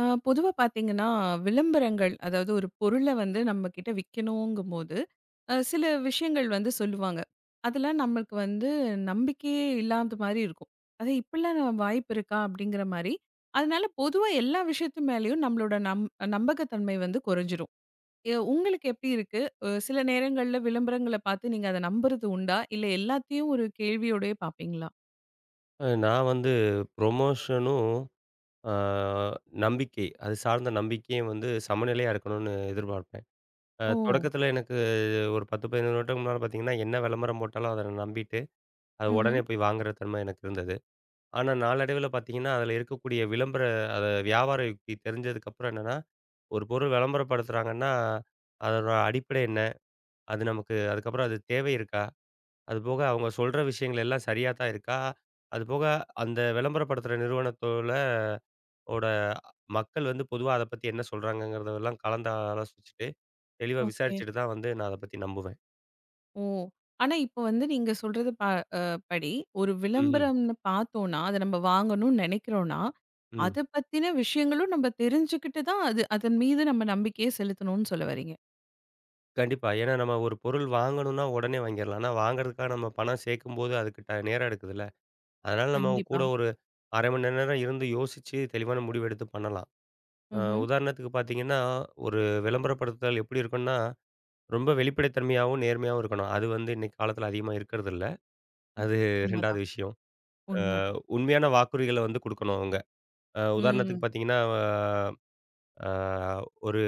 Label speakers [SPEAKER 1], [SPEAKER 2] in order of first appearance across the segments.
[SPEAKER 1] ஆ, பொதுவா பார்த்தீங்கன்னா, விளம்பரங்கள் அதாவது ஒரு பொருள வந்து நம்மகிட்ட விக்கணுங்கும்போது, சில விஷயங்கள் வந்து சொல்லுவாங்க. அதெல்லாம் நம்மளுக்கு வந்து நம்பிக்கையே இல்லாத மாரி இருக்கும். அது இப்படிலாம் நம்ம வாய்ப்பு இருக்கா? அப்படிங்கிற மாரி. அதனால பொதுவா எல்லா விஷயத்து மேலயும் நம்மளோட நம்பகத்தன்மை வந்து குறைஞ்சிரும். உங்களுக்கு எப்படி இருக்கு? சில நேரங்கள்ல விளம்பரங்கள பார்த்து நீங்க அத நம்புறது உண்டா? இல்ல எல்லாத்தையும் ஒரு கேள்வியோடயே பார்ப்பீங்களா?
[SPEAKER 2] நான் வந்து ப்ரொமோஷனும், அ நம்பிக்கை. அது சார்ந்த நம்பிக்கையும் வந்து சமநிலையா இருக்கணும்னு எதிர்பார்ப்பேன்.
[SPEAKER 1] ஓ!
[SPEAKER 2] தொடக்கத்தில எனக்கு ஒரு 10, 15 வருடத்துக்கு முன்னால பார்த்தீங்கன்னா, என்ன விளம்பரம் போட்டாலும் அத நான் நம்பிட்டு, அது
[SPEAKER 1] ம்ஹ்ம்.
[SPEAKER 2] உடனே போய் வாங்குற தன்மை எனக்கு இருந்தது. ஆனா நாளடைவில பார்த்தீங்கன்னா, அதில இருக்கக்கூடிய அத வியாபார யுக்தி தெரிஞ்சதுக்கப்புறம் என்னன்னா, ஒரு பொருள் விளம்பரப்படுத்துறாங்கன்னா, அதோட அடிப்படை என்ன? அது நமக்கு அதுக்கப்புறம் அது தேவை இருக்கா? அதுபோக அவங்க சொல்ற விஷயங்கள் எல்லாம் சரியா தான் இருக்கா? அதுபோக அந்த விளம்பரப்படுத்துற நிறுவனத்தோட ஓட மக்கள் வந்து பொதுவா அத பத்தி என்ன சொல்றாங்கங்கிறதெல்லாம் கலந்து ஆலோசிச்சுட்டு, தெளிவா
[SPEAKER 1] ஓகே.
[SPEAKER 2] விசாரிச்சுட்டு தான் வந்து நான் அத பத்தி நம்புவேன்.
[SPEAKER 1] ஓ! ஆனா இப்ப வந்து நீங்க சொல்றது ப அ படி ஒரு
[SPEAKER 2] ம்ஹ்ம்.
[SPEAKER 1] விளம்பரம்னு பார்த்தோம்னா, அத நம்ம வாங்கணும்னு நெனைக்கிறோம்னா,
[SPEAKER 2] ம்.
[SPEAKER 1] அத பத்தின விஷயங்களும் நம்ம தெரிஞ்சுக்கிட்டு தான் அதன் மீது நம்ம நம்பிக்கைய செலுத்தணும்னு சொல்ல வரீங்க.
[SPEAKER 2] கண்டிப்பா. ஏன்னா நம்ம ஒரு பொருள் வாங்கணும்னா உடனே வாங்கிரலாம். ஆனா வாங்குறதுக்காக நம்ம பணம் சேர்க்கும்போது அதுக்கு நேரம் எடுக்குதுல்ல. அதனால நம்ம
[SPEAKER 1] கண்டிப்பா.
[SPEAKER 2] கூட ஒரு 1/2 மணி நேரம் இருந்து யோசிச்சு தெளிவான முடிவு எடுத்து பண்ணலாம்.
[SPEAKER 1] ம்ஹ்ம்.
[SPEAKER 2] உதாரணத்துக்கு பார்த்தீங்கன்னா, ஒரு விளம்பரப்படுத்துதல் எப்படி இருக்கும்னா, ரொம்ப வெளிப்படைத்தன்மையாவும், நேர்மையாவும் இருக்கணும். அது வந்து இன்னைக்கு காலத்துல அதிகமா இருக்கறதில்ல.
[SPEAKER 1] ம்.
[SPEAKER 2] அது 2வது
[SPEAKER 1] உண்மதான்,
[SPEAKER 2] விஷயம். அ
[SPEAKER 1] உண்மதான்.
[SPEAKER 2] உண்மையான வாக்குறுதிகள வந்து குடுக்கணும் அவங்க. உதாரணத்துக்கு
[SPEAKER 1] ம்.
[SPEAKER 2] பார்த்தீங்கன்னா, அ ஒரு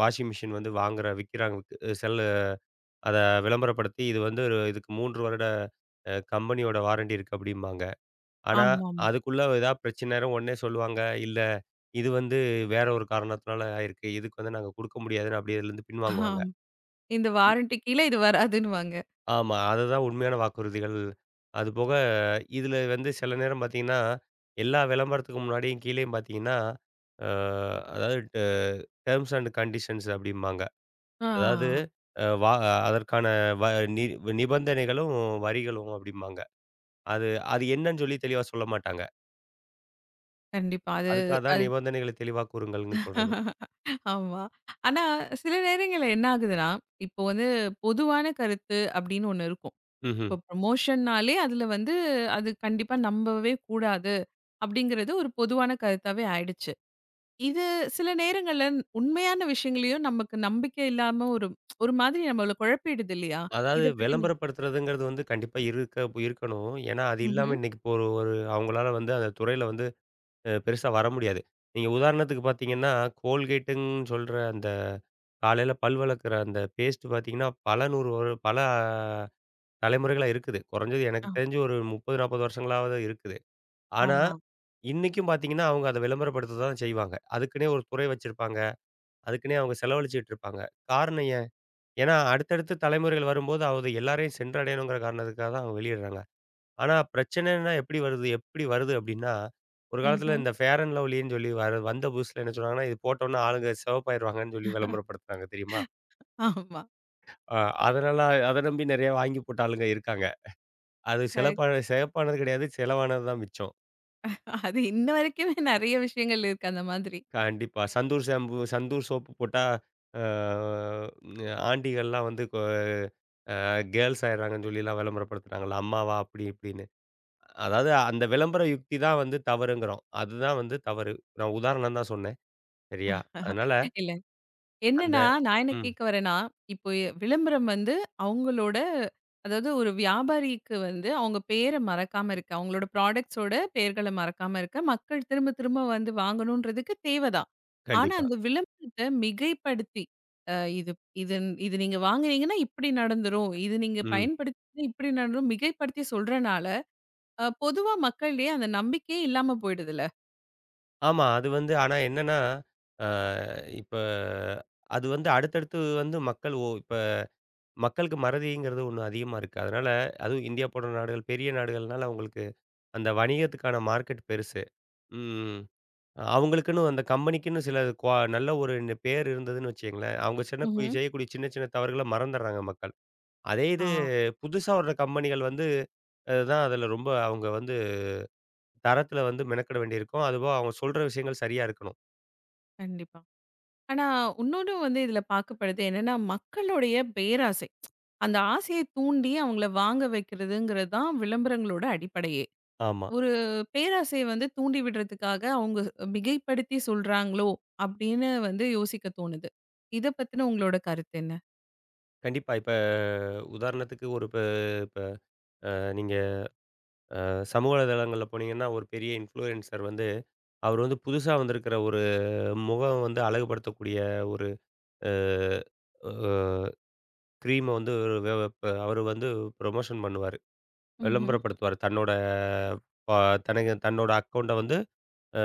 [SPEAKER 2] வாஷிங் மிஷின் வந்து விக்கிறாங்க செல்லு அத விளம்பரப்படுத்தி இது வந்து ஒரு இதுக்கு 3 வருட கம்பெனியோட வாரண்டி இருக்கு அப்டிம்பாங்க. ஆனா,
[SPEAKER 1] ஆமாமா.
[SPEAKER 2] அதுக்குள்ள ஏதா பிரச்சனைனா உடனே சொல்லுவாங்க, இல்ல இது வந்து வேற ஒரு காரணத்தினால ஆயிருக்கு. இதுக்கு வந்து நாங்க குடுக்க முடியாதுன்னு அப்டியே அதுலேருந்து பின்வாங்குவாங்க.
[SPEAKER 1] ஆம். இந்த வாரண்டி கீழ இது வராதுன்னுவாங்க.
[SPEAKER 2] ஆமா. அதுதான் உண்மையான வாக்குறுதிகள். அதுபோக இதில வந்து சில நேரம் பார்த்தீங்கன்னா, எல்லா விளம்பரத்துக்கு முன்னாடியும் கீழயும் பார்த்தீங்கன்னா, அ அதாவது டெர்ம்ஸ் அண்ட் கண்டிஷன்ஸ் அப்டிம்பாங்க.
[SPEAKER 1] ஆ.
[SPEAKER 2] அதாவது அ வா அதற்கான வ நி நிபந்தனைகளும், வரிகளும் அப்டிம்பாங்க. அது அது என்னன்னு சொல்லி தெளிவா சொல்ல மாட்டாங்க.
[SPEAKER 1] கண்டிப்பா. அது
[SPEAKER 2] அதுக்காக தான்
[SPEAKER 1] அது
[SPEAKER 2] நிபந்தனைகள தெளிவா கூறுங்கள்ன்னு சொல்றது.
[SPEAKER 1] ஆமா. ஆனா சில நேரங்கள்ல என்ன ஆகுதுன்னா, இப்போ வந்து பொதுவான கருத்து அப்படின்னு ஒண்ணு இருக்கும்.
[SPEAKER 2] ம்ஹ்ம்.
[SPEAKER 1] இப்போ ப்ரமோஷன்னாலே அதுல வந்து அது கண்டிப்பா நம்பவே கூடாது அப்படிங்கிறது ஒரு பொதுவான கருத்தாவே ஆயிடுச்சு. இது சில நேரங்கள்ல உண்மையான விஷயங்களையும் நமக்கு நம்பிக்கை இல்லாம ஒரு ஒரு மாதிரி நம்மள குழப்பிடுது இல்லையா?
[SPEAKER 2] அதாவது
[SPEAKER 1] இத பத்தி நீ
[SPEAKER 2] விளம்பரப்படுத்துறதுங்கிறது வந்து கண்டிப்பா இருக்கணும். ஏன்னா, அது இல்லாம
[SPEAKER 1] ம்ஹ்ம்.
[SPEAKER 2] இன்னைக்கு இப்போ ஒரு ஒரு அவங்களால வந்து அந்த துறையில வந்து பெருசா வர முடியாது. நீங்க உதாரணத்துக்கு பார்த்தீங்கன்னா, கோல்கேட்டுன்னு சொல்ற அந்த காலையில பல் விளக்குற அந்த பேஸ்ட் பார்த்தீங்கன்னா, பல 100 பல தலைமுறைகளா இருக்குது. குறைஞ்சது எனக்கு
[SPEAKER 1] ஆ
[SPEAKER 2] தெரிஞ்சு ஒரு 30, 40 வருஷங்களாவது இருக்குது. ஆனா,
[SPEAKER 1] ஆமா.
[SPEAKER 2] இன்னைக்கும் பார்த்தீங்கன்னா, அவங்க அத விளம்பரப்படுத்த தான் செய்வாங்க. அதுக்குன்னே ஒரு துறை வச்சிருப்பாங்க. அதுக்குன்னே அவங்க செலவழிச்சுட்டு இருப்பாங்க. காரணம் ஏன்? ஏன்னா, அடுத்தடுத்து தலைமுறைகள் வரும்போது அது எல்லாரையும் சென்றடையணுங்கிற காரணத்துக்காக தான் அவங்க வெளியிடுறாங்க. ஆனா பிரச்சனைன்னா எப்படி வருது அப்படின்னா, ஒரு காலத்தில
[SPEAKER 1] ம்ஹ்ம்.
[SPEAKER 2] இந்த ஃபேர் அண்ட் லவ்லின்னு சொல்லி வந்த புதுசுல என்ன சொன்னாங்கன்னா, இது போட்டோம்னா ஆளுங்க சிவப்பாயிருவாங்கன்னு சொல்லி விளம்பரப்படுத்துனாங்க தெரியுமா?
[SPEAKER 1] ஆமா.
[SPEAKER 2] அ அதனால அத நம்பி நெறைய வாங்கி போட்ட ஆளுங்க இருக்காங்க. அது
[SPEAKER 1] கரெக்ட்.
[SPEAKER 2] சிவப்பானது கிடையாது. செலவானது தான் மிச்சம்.
[SPEAKER 1] அது இன்ன வரைக்குமே நெறைய விஷயங்கள் இருக்கு அந்த மாதிரி.
[SPEAKER 2] கண்டிப்பா. சந்தூர் ஷாம்பு, சந்தூர் சோப்பு போட்டா அ ஆண்டிகள்லாம் வந்து கொ அ கேர்ள்ஸ் ஆயிடுறாங்கன்னு சொல்லிலாம் விளம்பரப்படுத்துனாங்கல்ல, அம்மாவா அப்படி இப்படின்னு. அதாவது அந்த விளம்பர யுக்தி தான் வந்து தவறுங்கிறோம். அதுதான் வந்து தவறு. நான் உதாரணம் தான் சொன்னேன். சரியா. அதனால
[SPEAKER 1] இல்ல.
[SPEAKER 2] அந்த
[SPEAKER 1] என்னன்னா, நான் என்ன
[SPEAKER 2] ம்.
[SPEAKER 1] கேக்க வரேன்னா, இப்போ விளம்பரம் வந்து அவங்களோட அதாவது ஒரு வியாபாரிக்கு வந்து அவங்க பேர மறக்காம இருக்க, அவங்களோட ப்ராடக்ட்ஸோட பெயர்கள மறக்காம இருக்க, மக்கள் திரும்ப திரும்ப வந்து வாங்கணுன்றதுக்கு தேவ தான். ஆனா,
[SPEAKER 2] கண்டிப்பா.
[SPEAKER 1] அந்த விளம்பரத்த மிகைப்படுத்தி, அ இது இது இது நீங்க வாங்குனீங்கன்னா இப்படி நடந்துரும். இது நீங்க
[SPEAKER 2] ம்.
[SPEAKER 1] பயன்படுத்தினா இப்படி நடந்துரும். மிகைப்படுத்தி சொல்றனால, பொதுவா மக்களிடையே அந்த நம்பிக்கையே இல்லாம போயிடுதுல்ல.
[SPEAKER 2] ஆமா. அது வந்து ஆனா என்னன்னா, அ இப்ப அது வந்து அடுத்தடுத்து வந்து மக்கள் ஓ இப்ப மக்களுக்கு மறதிங்கிறது ஒண்ணு அதிகமா இருக்கு. அதனால அதுவும் இந்தியா போன்ற நாடுகள், பெரிய நாடுகள்னால அவங்களுக்கு அந்த வணிகத்துக்கான மார்க்கெட் பெருசு. ம். அவங்களுக்குன்னு அந்த கம்பெனிக்குன்னு சில நல்ல ஒரு பேர் இருந்ததுன்னு வச்சுக்கங்களேன், அவங்க சின்ன
[SPEAKER 1] ம்ஹ்ம்.
[SPEAKER 2] செய்யக்கூடிய சின்ன சின்ன தவறுகள மறந்துடுறாங்க மக்கள். அதே
[SPEAKER 1] ஆ,
[SPEAKER 2] இது புதுசா வர்ற கம்பெனிகள் வந்து தான் அதில ரொம்ப அவங்க வந்து தரத்தில வந்து மெனக்கெட வேண்டியிருக்கும். அதுபோக அவங்க சொல்ற விஷயங்கள் சரியா இருக்கணும்.
[SPEAKER 1] கண்டிப்பா. ஆனா, உன்னொன்னு வந்து இதில பார்க்கப்படுது என்னன்னா, மக்களுடைய பேராசை. அந்த ஆசைய தூண்டி அவங்கள வாங்க வைக்கிறதுங்கிறது தான் விளம்பரங்களோட அடிப்படையே.
[SPEAKER 2] ஆமா.
[SPEAKER 1] ஒரு பேராசைய வந்து தூண்டி விடுறதுக்காக அவங்க மிகைப்படுத்தி சொல்றாங்களோ! அப்படின்னு வந்து யோசிக்க தோணுது. இத பத்தின உங்களோட கருத்து என்ன?
[SPEAKER 2] கண்டிப்பா. இப்ப உதாரணத்துக்கு ஒரு இப்ப இப்ப அ நீங்க சமூக வலைதளங்கள்ல போனீங்கன்னா, ஒரு பெரிய இன்ஃப்ளூயன்சர் வந்து அவர் வந்து புதுசா வந்திருக்கிற ஒரு முகம் வந்து அழகுபடுத்தக்கூடிய ஒரு அ அ கிரீம வந்து வெ வெப் அவரு வந்து ப்ரொமோஷன் பண்ணுவாரு.
[SPEAKER 1] ம்ஹ்ம்.
[SPEAKER 2] விளம்பரப்படுத்துவாரு. தன்னோட ப தனக்கு தன்னோட அக்கவுண்ட்ட வந்து அ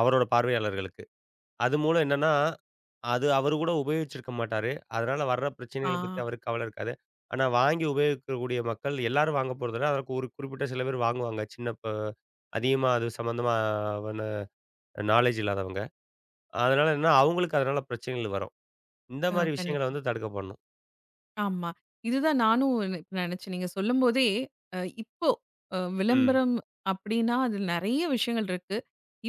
[SPEAKER 2] அவரோட பார்வையாளர்களுக்கு. அது மூலம் என்னன்னா அது அவரு கூட உபயோகிச்சிருக்க மாட்டாரு. அதனால வர்ற
[SPEAKER 1] ஆ.
[SPEAKER 2] பிரச்சனைகள பத்தி அவருக்கு கவல இருக்காது. ஆனா வாங்கி உபயோகிக்கக்கூடிய மக்கள் எல்லாரும் வாங்க போறதில்ல. அதற்கு ஒரு குறிப்பிட்ட சில பேர் வாங்குவாங்க. சின்ன ப அதிகமா அது சம்மந்தமா வன நாலேட்ஜ் இல்லாதவங்க. அதனால என்னன்னா, அவங்களுக்கு அதனால பிரச்சனைகள் வரும். இந்த மாரி விஷயங்கள
[SPEAKER 1] கண்டிப்பா.
[SPEAKER 2] வந்து தடுக்க பண்ணணும்.
[SPEAKER 1] ஆமா. இதுதான் நானும் நெனச்சேன். நீங்க சொல்லும்போதே, இப்போ
[SPEAKER 2] ம்.
[SPEAKER 1] விளம்பரம் அப்டின்னா, அதில நெறைய விஷயங்கள் இருக்கு.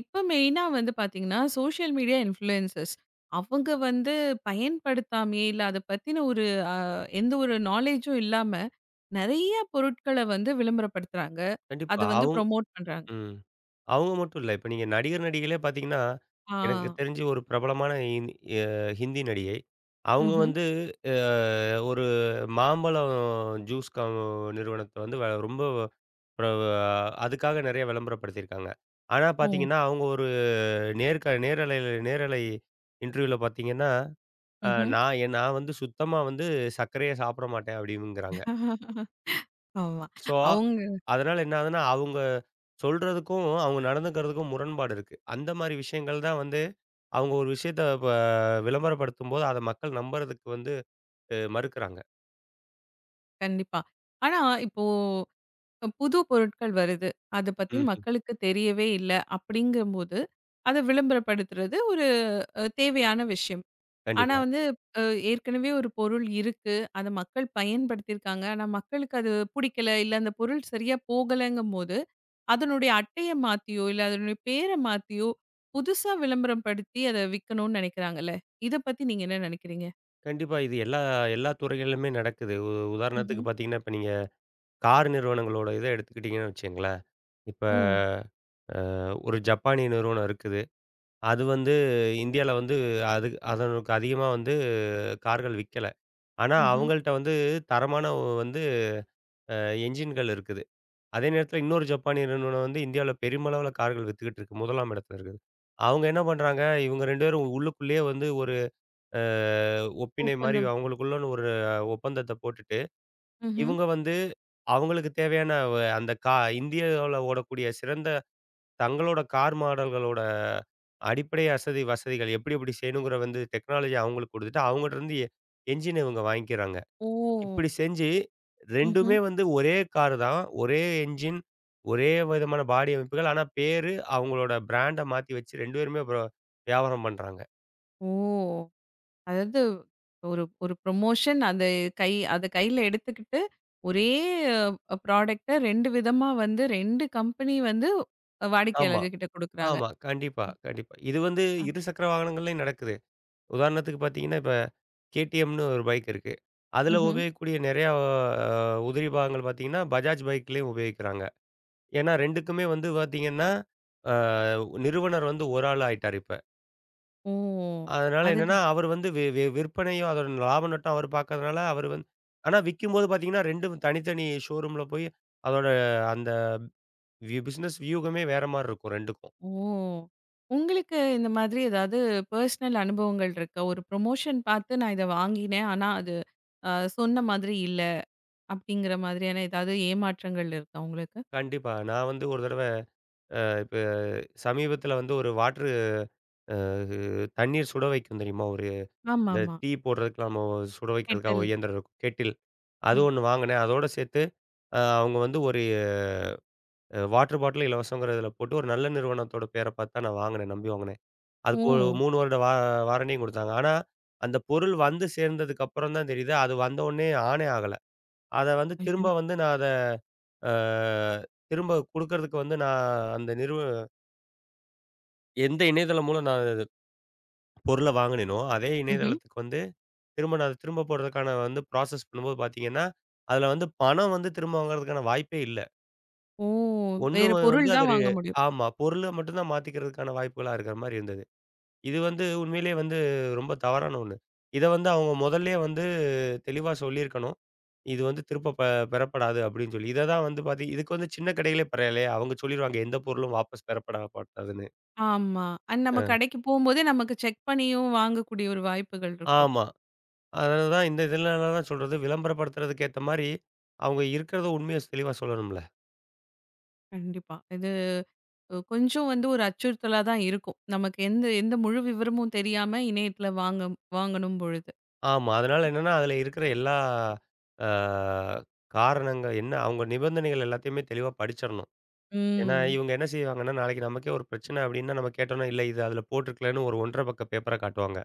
[SPEAKER 1] இப்ப மெயினா வந்து பார்த்தீங்கன்னா, சோஷியல் மீடியா இன்ஃப்ளூயன்சர்ஸ். அவங்க வந்து பயன்படுத்தாமயே, இல்ல அத பத்தின ஒரு அ எந்த ஒரு நாலேஜும் இல்லாம, நெறைய பொருட்கள வந்து விளம்பரப்படுத்துறாங்க. அத
[SPEAKER 2] கண்டிப்பா.
[SPEAKER 1] வந்து ப்ரமோட் பண்றாங்க.
[SPEAKER 2] ம். அவங்க மட்டும் இல்ல. இப்ப நீங்க நடிகர், நடிகைகளே பார்த்தீங்கன்னா,
[SPEAKER 1] ஆ.
[SPEAKER 2] எனக்கு தெரிஞ்சு ஒரு பிரபலமான இந் அ ஹிந்தி நடிகை. அவங்க
[SPEAKER 1] ம்ஹ்ம்.
[SPEAKER 2] வந்து அ ஒரு மாம்பழம் ஜூஸ் நிறுவனத்த வந்து ரொம்ப பிர அதுக்காக நெறைய விளம்பரப்படுத்தியிருக்காங்க. ஆனா
[SPEAKER 1] ஓ!
[SPEAKER 2] பார்த்தீங்கன்னா, அவங்க ஒரு நேரலையில இன்டர்வியூல பார்த்தீங்கன்னா, அ
[SPEAKER 1] ம்ஹ்ம்.
[SPEAKER 2] நான் எ நான் வந்து சுத்தமா வந்து சர்க்கரையே சாப்பிட மாட்டேன் அப்படிங்கிறாங்க.
[SPEAKER 1] ஆமா.
[SPEAKER 2] சோ,
[SPEAKER 1] அவங்க
[SPEAKER 2] அதனால என்ன ஆகுதுன்னா, அவுங்க சொல்றதுக்கும், அவுங்க நடந்துக்கிறதுக்கும் முரண்பாடு இருக்கு. அந்த மாரி விஷயங்கள் தான் வந்து, அவுங்க ஒரு விஷயத்த விளம்பரப்படுத்தும்போது, அத மக்கள் நம்புறதுக்கு வந்து மறுக்கிறாங்க.
[SPEAKER 1] கண்டிப்பா. ஆனா, இப்போ இப்ப புது பொருட்கள் வருது. அத பத்தி
[SPEAKER 2] ம்ஹ்ம்.
[SPEAKER 1] மக்களுக்கு தெரியவே இல்ல. அப்படிங்கும்போது, அத விளம்பரப்படுத்துறது ஒரு தேவையான விஷயம். ஆனா
[SPEAKER 2] கண்டிப்பா.
[SPEAKER 1] வந்து அ ஏற்கனவே ஒரு பொருள் இருக்கு. அத மக்கள் பயன்படுத்தியிருக்காங்க. ஆனா மக்களுக்கு அது புடிக்கல, இல்ல அந்த பொருள் சரியா போகலங்கும்போது, அதனுடைய அட்டைய மாத்தியோ, இல்ல அதனுடைய பேர மாத்தியோ, புதுசா விளம்பரம் படுத்தி அத விக்கணும்னு நெனைக்கிறாங்கல்ல. இத பத்தி நீங்க என்ன நெனைக்கிறீங்க?
[SPEAKER 2] கண்டிப்பா. இது எல்லா எல்லா துறைகளிலுமே நடக்குது. உதாரணத்துக்கு
[SPEAKER 1] ம்ஹ்ம்.
[SPEAKER 2] பார்த்தீங்கன்னா, இப்ப நீங்க கார் நிறுவனங்களோட இத எடுத்துக்கிட்டீங்கன்னு வச்சுக்கங்களேன். இப்ப
[SPEAKER 1] ஓ!
[SPEAKER 2] அ ஒரு ஜப்பானிய நிறுவனம் இருக்குது. அது வந்து இந்தியால வந்து அது அதனுக்கு அதிகமா வந்து கார்கள் விக்கல. ஆனா,
[SPEAKER 1] ம்ஹ்ம்.
[SPEAKER 2] அவங்கள்ட்ட வந்து தரமான வந்து அ என்ஜின்கள் இருக்குது. அதே நேரத்தில இன்னொரு ஜப்பானிய நிறுவனம் வந்து இந்தியாவுல பெருமளவுல கார்கள் வித்துக்கிட்டு இருக்கு. முதலாம் இடத்துல இருக்குது. அவங்க என்ன பண்றாங்க, இவங்க 2 பேரும் உள்ளுக்குள்ளேயே வந்து ஒரு அ ஒப்பினை மாரி
[SPEAKER 1] ஒப்பந்தம்.
[SPEAKER 2] அவங்களுக்குள்ளன்னு ஒரு ஒப்பந்தத்த போட்டுட்டு,
[SPEAKER 1] ம்ஹ்ம்.
[SPEAKER 2] இவங்க வந்து அவங்களுக்கு தேவையான அந்த இந்தியாவுல ஓடக்கூடிய சிறந்த தங்களோட கார் மாடல்களோட அடிப்படை வசதிகள் எப்படி எப்படி செய்யணுங்கிற வந்து டெக்னாலஜி அவங்களுக்கு குடுத்துட்டு, அவங்கட்ட இருந்து என்ஜின இவங்க வாங்கிக்கிறாங்க.
[SPEAKER 1] ஓ!
[SPEAKER 2] இப்படி செஞ்சு
[SPEAKER 1] ம்ஹ்ம்.
[SPEAKER 2] 2மே வந்து ஒரே கார் தான். ஒரே என்ஜின், ஒரே விதமான பாடி அமைப்புகள். ஆனா பேரு அவங்களோட பிராண்ட மாத்தி வச்சு 2 பேருமே அப்புறம் வியாபாரம் பண்றாங்க.
[SPEAKER 1] ஓ! அதாவது ஒரு ஒரு ப்ரொமோஷன் அது அத கையில எடுத்துக்கிட்டு, ஒரே ப்ராடக்ட்ட 2 விதமா வந்து 2 கம்பெனி வந்து
[SPEAKER 2] ஆமா,
[SPEAKER 1] வாடிக்கையாளர்கிட்ட குடுக்குறாங்க.
[SPEAKER 2] ஆமா. கண்டிப்பா,
[SPEAKER 1] அ,
[SPEAKER 2] கண்டிப்பா. இது வந்து
[SPEAKER 1] அ.
[SPEAKER 2] இருசக்கர வாகனங்கள்லயும் நடக்குது. உதாரணத்துக்கு பார்த்தீங்கன்னா, இப்ப கேடிஎம்னு ஒரு பைக் இருக்கு. அதுல
[SPEAKER 1] ம்ஹ்ம்.
[SPEAKER 2] உபயோகிக்கக்கூடிய நிறையா அ உதிரி பாகங்கள் பார்த்தீங்கன்னா, பஜாஜ் பைக்லயும் உபயோகிக்கிறாங்க. ஏன்னா 2க்குமே வந்து பார்த்தீங்கன்னா, அ நிறுவனர் வந்து ஒரு ஆள் ஆயிட்டாரு இப்ப.
[SPEAKER 1] ஓ!
[SPEAKER 2] அதனால
[SPEAKER 1] அது
[SPEAKER 2] என்னன்னா, அவர் வந்து வி வி விற்பனையும், அதோட லாப நட்டம் அவர் பார்க்கறதுனால, அவர் வந்து ஆனா விக்கும்போது பார்த்தீங்கன்னா, 2ம் தனித்தனி ஷோரூம்ல போய் அதோட அந்த பிசினஸ் வியூகமே வேற மாரி இருக்கும் 2க்கும்.
[SPEAKER 1] ஓ! உங்களுக்கு இந்த மாதிரி ஏதாவது பெர்சனல் அனுபவங்கள் இருக்கா? ஒரு ப்ரொமோஷன் பார்த்து நான் இத வாங்கினேன். ஆனா அது அ சொன்ன மாதிரி இல்ல. அப்படிங்கிற மாதிரியான ஏதாவது ஏமாற்றங்கள் இருக்கா உங்களுக்கு?
[SPEAKER 2] கண்டிப்பா. நான் வந்து ஒரு தடவ இப்ப சமீபத்தில வந்து ஒரு வாட்டரு அ தண்ணீர் சுட வைக்கும் தெரியுமா? ஒரு இந்த
[SPEAKER 1] ஆமாமா.
[SPEAKER 2] டீ போடுறதுக்கு நம்ம சுட வைக்கிறதுக்காக
[SPEAKER 1] கெட்டல்.
[SPEAKER 2] ஒரு இயந்திரம் இருக்கும். கெட்டில்.
[SPEAKER 1] ஆ.
[SPEAKER 2] அது ஒண்ணு வாங்கினேன். அதோட சேர்த்து அவங்க வந்து ஒரு வாட்டர் பாட்டில் இலவசங்கிற இதில போட்டு ஒரு நல்ல நிறுவனத்தோட பேர பார்த்து தான் நான் வாங்கினேன். நம்பி வாங்கினேன்.
[SPEAKER 1] ஓ!
[SPEAKER 2] அதுக்கு ஒரு 3 வருட வாரண்டியும் குடுத்தாங்க. ஆனா, அந்த பொருள் வந்து சேர்ந்ததுக்கு அப்புறம் தான் தெரியுது, அது வந்தவுனே ஆனே ஆகல. அத வந்து
[SPEAKER 1] ஐயோ!
[SPEAKER 2] திரும்ப வந்து நான் அத அ திரும்ப குடுக்கறதுக்கு வந்து நான் அந்த நிறுவ எந்த இணையதளம் மூலம் நான் அது பொருள வாங்குனேனோ, அதே
[SPEAKER 1] ம்ஹ்ம்.
[SPEAKER 2] இணையதளத்துக்கு வந்து திரும்ப நான் அத திரும்ப போடுறதுக்கான வந்து ப்ராசஸ் பண்ணும்போது பார்த்தீங்கன்னா, அதுல வந்து பணம் வந்து திரும்ப வாங்குறதுக்கான வாய்ப்பே இல்ல.
[SPEAKER 1] ஓ!
[SPEAKER 2] ஒண்ணு
[SPEAKER 1] வேற
[SPEAKER 2] வந்து
[SPEAKER 1] பொருள்
[SPEAKER 2] அது
[SPEAKER 1] தான் வாங்க முடியும்.
[SPEAKER 2] ஆமா பொருள மட்டும் தான் மாத்திக்கிறதுக்கான வாய்ப்புகளா இருக்கிற மாரி இருந்தது. இது வந்து உண்மையிலேயே வந்து ரொம்ப தவறான ஒண்ணு. இத வந்து அவங்க முதல்லயே வந்து தெளிவா சொல்லியிருக்கணும். இது வந்து திரும்ப பெறப்படாது அப்படின்னு சொல்லி. இத தான் வந்து இதுக்கு வந்து சின்ன கடைகளே பரவாயில்லையா, அவங்க சொல்லிருவாங்க எந்த பொருளும் வாபஸ் பெறப்படப்படாதுன்னு.
[SPEAKER 1] ஆமா. அண்ட் நம்ம
[SPEAKER 2] ஆ.
[SPEAKER 1] கடைக்கு போம்போதே நமக்கு செக் பண்ணியும் வாங்கக்கூடிய ஒரு வாய்ப்புகள் இருக்கும்.
[SPEAKER 2] ஆமா. அதனால தான் இதனால தான் சொல்றது விளம்பரப்படுத்துறதுக்கு ஏத்த மாரி அவங்க இருக்கிறத உண்மைய தெளிவா சொல்லணும்ல.
[SPEAKER 1] கண்டிப்பா. இது கொஞ்சம் வந்து ஒரு அச்சுறுத்தலா தான் இருக்கும். நமக்கு எந்த எந்த முழு விவரமும் தெரியாம இணையத்தில வாங்கணும் பொழுது.
[SPEAKER 2] ஆமா. அதனால என்னன்னா அதுல இருக்கிற எல்லா ஆ காரணங்கள் என்ன அவங்க நிபந்தனைகள் எல்லாத்தையுமே தெளிவா படிச்சிரணும். ஏன்னா,
[SPEAKER 1] ம்.
[SPEAKER 2] இவங்க என்ன செய்வாங்கன்னா, நாளைக்கு நமக்கே ஒரு பிரச்சனை அப்டின்னா, நம்ம கேட்டோம்னா, "இல்ல இது அதில போட்டிருக்கலன்னு" ஒரு 1 1/2 பக்க பேப்பர காட்டுவாங்க.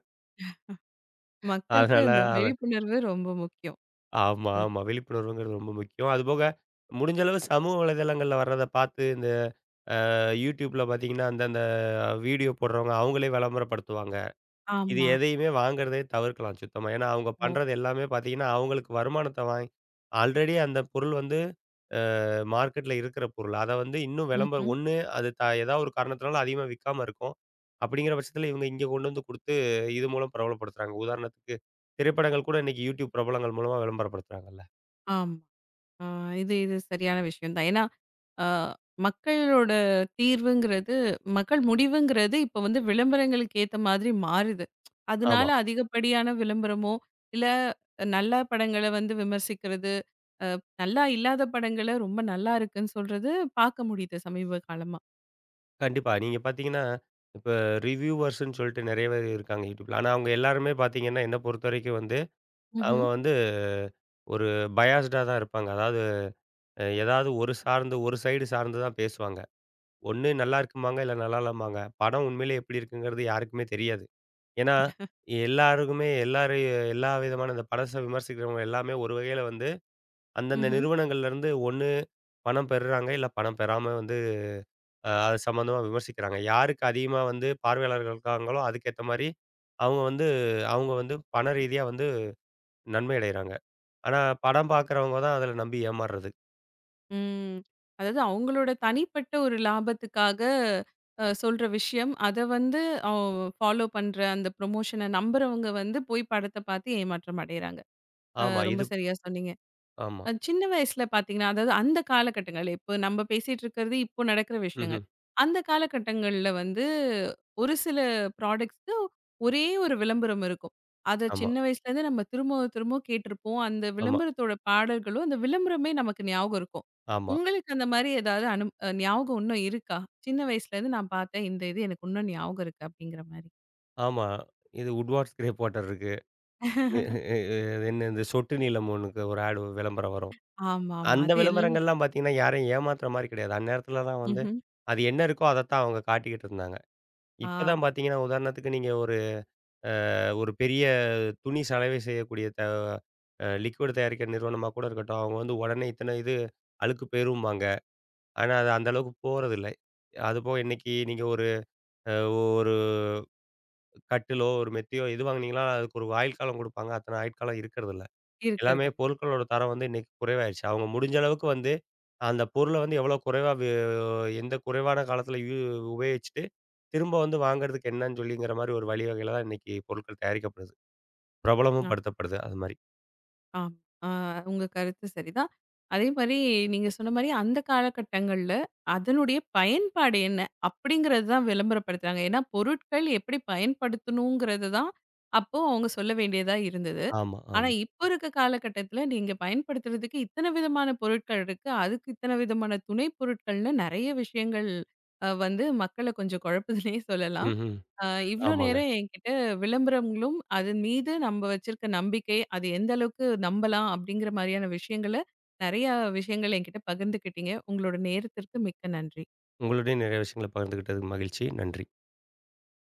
[SPEAKER 1] மக்களுக்கு
[SPEAKER 2] அதனால
[SPEAKER 1] அந்த
[SPEAKER 2] அது
[SPEAKER 1] விழிப்புணர்வு ரொம்ப முக்கியம்.
[SPEAKER 2] ஆமா,
[SPEAKER 1] ம்.
[SPEAKER 2] ஆமா. விழிப்புணர்வுங்கிறது ரொம்ப முக்கியம். அதுபோக முடிஞ்ச அளவு சமூக வலைதளங்கள்ல வர்றத பார்த்து, இந்த YouTubeல பார்த்தீங்கன்னா, அந்தந்த வீடியோ போடுறவங்க அவங்களே விளம்பரப்படுத்துவாங்க. இது
[SPEAKER 1] ஆமா.
[SPEAKER 2] எதையுமே வாங்குறதே தவிர்க்கலாம் சுத்தமா. ஏன்னா, அவங்க
[SPEAKER 1] ஓ!
[SPEAKER 2] பண்றது எல்லாமே பார்த்தீங்கன்னா, அவங்களுக்கு வருமானத்த வாங்கி ஆல்ரெடி அந்த பொருள் வந்து மார்க்கெட்ல இருக்கிற பொருள். அத வந்து இன்னும் விளம்பரம்
[SPEAKER 1] ம்ஹ்ம்.
[SPEAKER 2] ஒண்ணு அது ஏதாவது ஒரு காரணத்தினால அதிகமா விக்காம இருக்கும். அப்படிங்கிற பட்சத்தில இவங்க இங்க கொண்டு வந்து குடுத்து, இது மூலம் பிரபலப்படுத்துறாங்க. உதாரணத்துக்கு திரைப்படங்கள் கூட இன்னைக்கு YouTube பிரபலங்கள் மூலமா விளம்பரப்படுத்துறாங்கல்ல.
[SPEAKER 1] ஆமா. ஆ இது இது சரியான விஷயம் தான். ஏன்னா ஆ மக்களோட தீர்வுங்கிறது மக்கள் முடிவுங்கிறது இப்போ வந்து விளம்பரங்களுக்கு ஏத்த மாதிரி மாறுது. அதனால
[SPEAKER 2] ஆமா.
[SPEAKER 1] அதிகப்படியான விளம்பரமோ, இல்ல நல்ல படங்கள வந்து விமர்சிக்கிறது, நல்லா இல்லாத படங்கள ரொம்ப நல்லா இருக்குன்னு சொல்றது பார்க்க முடியுது சமீப காலமா.
[SPEAKER 2] கண்டிப்பா. நீங்க பார்த்தீங்கன்னா, இப்ப ரிவ்யூவர்ஸ்ன்னு சொல்லிட்டு நெறைய பேர் இருக்காங்க YouTubeல. ஆனா அவங்க எல்லாருமே பார்த்தீங்கன்னா, என்ன பொறுத்தவரைக்கும் வந்து,
[SPEAKER 1] ம்ஹ்ம்.
[SPEAKER 2] அவங்க வந்து ஒரு பயாஸ்டா தான் இருப்பாங்க. அதாவது ஏதாவது ஒரு சார்ந்து ஒரு சைடு சார்ந்து தான் பேசுவாங்க. ஒண்ணு நல்லா இருக்கும்பாங்க, இல்ல நல்லா இல்லம்பாங்க. படம் உண்மையிலே எப்படி இருக்குங்கிறது யாருக்குமே தெரியாது. ஏன்னா, எல்லாருக்குமே எல்லாரையும் எல்லா விதமான இந்த படத்த விமர்சிக்கிறவங்க எல்லாமே ஒரு வகையில வந்து, அந்தந்த
[SPEAKER 1] ம்ஹ்ம்.
[SPEAKER 2] நிறுவனங்கள்லேருந்து ஒண்ணு பணம் பெறுறாங்க, இல்ல பணம் பெறாம வந்து அது சம்மந்தமா விமர்சிக்கிறாங்க. யாருக்கு அதிகமா வந்து பார்வையாளர்கள் இருக்காங்களோ, அதுக்கேத்த மாரி அவங்க வந்து அவங்க வந்து பண ரீதியா வந்து நன்மை அடையறாங்க. ஆனா, படம் பார்க்குறவங்க தான் அதில நம்பி ஏமாறுறது.
[SPEAKER 1] ம். அதாவது அவங்களோட தனிப்பட்ட ஒரு லாபத்துக்காக சொல்ற விஷயம். அத வந்து அவ் ஃபாலோ பண்ற அந்த ப்ரமோஷன நம்புறவங்க வந்து போய் படத்த பார்த்து ஏமாற்றம் அடையறாங்க.
[SPEAKER 2] ஆமா,
[SPEAKER 1] ரொம்ப
[SPEAKER 2] இது
[SPEAKER 1] சரியா சொன்னீங்க.
[SPEAKER 2] ஆமா.
[SPEAKER 1] சின்ன வயசுல பார்த்தீங்கன்னா, அதாவது அந்த காலகட்டங்கள், இப்ப நம்ப பேசிட்டு இருக்கிறது இப்போ நடக்கிற விஷயங்கள்.
[SPEAKER 2] ம்ஹ்ம்.
[SPEAKER 1] அந்த காலகட்டங்கள்ல வந்து ஒரு சில ப்ராடக்ட்ஸ்க்கு ஒரே ஒரு விளம்பரம் இருக்கும். அத
[SPEAKER 2] ஆமா,
[SPEAKER 1] சின்ன வயசுலேருந்து நம்ம திரும்பவும் திரும்பவும் கேட்டிருப்போம். அந்த
[SPEAKER 2] ஆமா,
[SPEAKER 1] விளம்பரத்தோட பாடல்களும், அந்த விளம்பரமே நமக்கு ஞாபகம் இருக்கும்.
[SPEAKER 2] ஆமா,
[SPEAKER 1] உங்களுக்கு அந்த மாரி ஏதாவது அனு அ ஞாபகம் இன்னும் இருக்கா? சின்ன வயசுலேருந்து நான் பார்த்தேன். இது எனக்கு இன்னும் ஞாபகம் இருக்கு. அப்படிங்கிற மாரி.
[SPEAKER 2] ஆமா. இது Woodward's கிரேப் வாட்டர் இருக்கு. அஹ், என்ன இந்த சொட்டு நீலம் ஒண்ணுக்கு ஒரு ஆட் விளம்பரம் வரும்.
[SPEAKER 1] ஆமாமா.
[SPEAKER 2] அந்த
[SPEAKER 1] அது எல்
[SPEAKER 2] விளம்பரங்கள்லாம் பார்த்தீங்கன்னா, யாரையும் ஏமாத்துற மாரி கிடையாது. அந்நேரத்துல தான் வந்து,
[SPEAKER 1] ம்ஹ்ம்.
[SPEAKER 2] அது என்ன இருக்கோ அதத்தான் அவங்க காட்டிக்கிட்டு இருந்தாங்க.
[SPEAKER 1] ஆ
[SPEAKER 2] இப்ப தான் பார்த்தீங்கன்னா, உதாரணத்துக்கு நீங்க ஒரு ஒரு பெரிய துணி சலவை செய்யக்கூடிய த அ லிக்விட் தயாரிக்கிற நிறுவனமா கூட இருக்கட்டும், அவங்க வந்து உடனே இத்தன இது அழுக்கு பெயரும்பாங்க. ஆனா, அது அந்த அளவுக்கு போறதில்ல. அதுபோக இன்னைக்கு நீங்க ஒரு அ ஒரு கட்டிலோ, ஒரு மெத்தையோ எது வாங்குனீங்களோ, அதுக்கு ஒரு ஆயுட்காலம் குடுப்பாங்க. அத்தன ஆயுட்காலம் இருக்கிறதில்ல. எல்லாமே
[SPEAKER 1] இருக்கிறதில்ல.
[SPEAKER 2] பொருட்களோட தரம் வந்து இன்னைக்கு குறைவாயிருச்சு. அவங்க முடிஞ்ச அளவுக்கு வந்து, அந்த பொருள வந்து எவ்வளோ குறைவா வி எந்த குறைவான காலத்தில உபயோகிச்சுட்டு, திரும்ப வந்து வாங்குறதுக்கு என்னன்னு சொல்லிங்கிற மாரி ஒரு வழிவகையில தான் இன்னைக்கு பொருட்கள் தயாரிக்கப்படுது. பிரபலமும் படுத்தப்படுது அது மாரி.
[SPEAKER 1] ஆம். ஆ உங்க கருத்து சரிதான். அதே மாரி நீங்க சொன்ன மாரி அந்த காலகட்டங்கள்ல அதனுடைய பயன்பாடு என்ன? அப்படிங்கிறது தான் விளம்பரப்படுத்துறாங்க. ஏன்னா, பொருட்கள் எப்படி பயன்படுத்தணுங்கிறது தான் அப்போ அவங்க சொல்ல வேண்டியதா இருந்தது.
[SPEAKER 2] ஆமா,
[SPEAKER 1] ஆனா,
[SPEAKER 2] ஆமா.
[SPEAKER 1] இப்போ இருக்க காலகட்டத்தில நீங்க பயன்படுத்துறதுக்கு இத்தன விதமான பொருட்கள் இருக்கு. அதுக்கு இத்தன விதமான துணை பொருட்கள்னு நெறைய விஷயங்கள் வந்து மக்கள கொஞ்சம் குழப்புதுன்னே சொல்லலாம்.
[SPEAKER 2] ம்ஹ்ம்.
[SPEAKER 1] அ இவ்ளோ
[SPEAKER 2] ஆமாங்க.
[SPEAKER 1] நேரம் என்கிட்ட விளம்பரங்களும் அதன் மீது நம்ம வச்சிருக்க நம்பிக்கை, அது எந்த அளவுக்கு நம்பலாம் அப்படிங்கிற மாரியான விஷயங்கள, நெறைய விஷயங்கள் என்கிட்ட பகிர்ந்துக்கிட்டீங்க. உங்களோட நேரத்திற்கு மிக்க நன்றி.
[SPEAKER 2] உங்களுடையும் நிறைய விஷயங்கள பகிர்ந்துகிட்டதுக்கு மகிழ்ச்சி. நன்றி.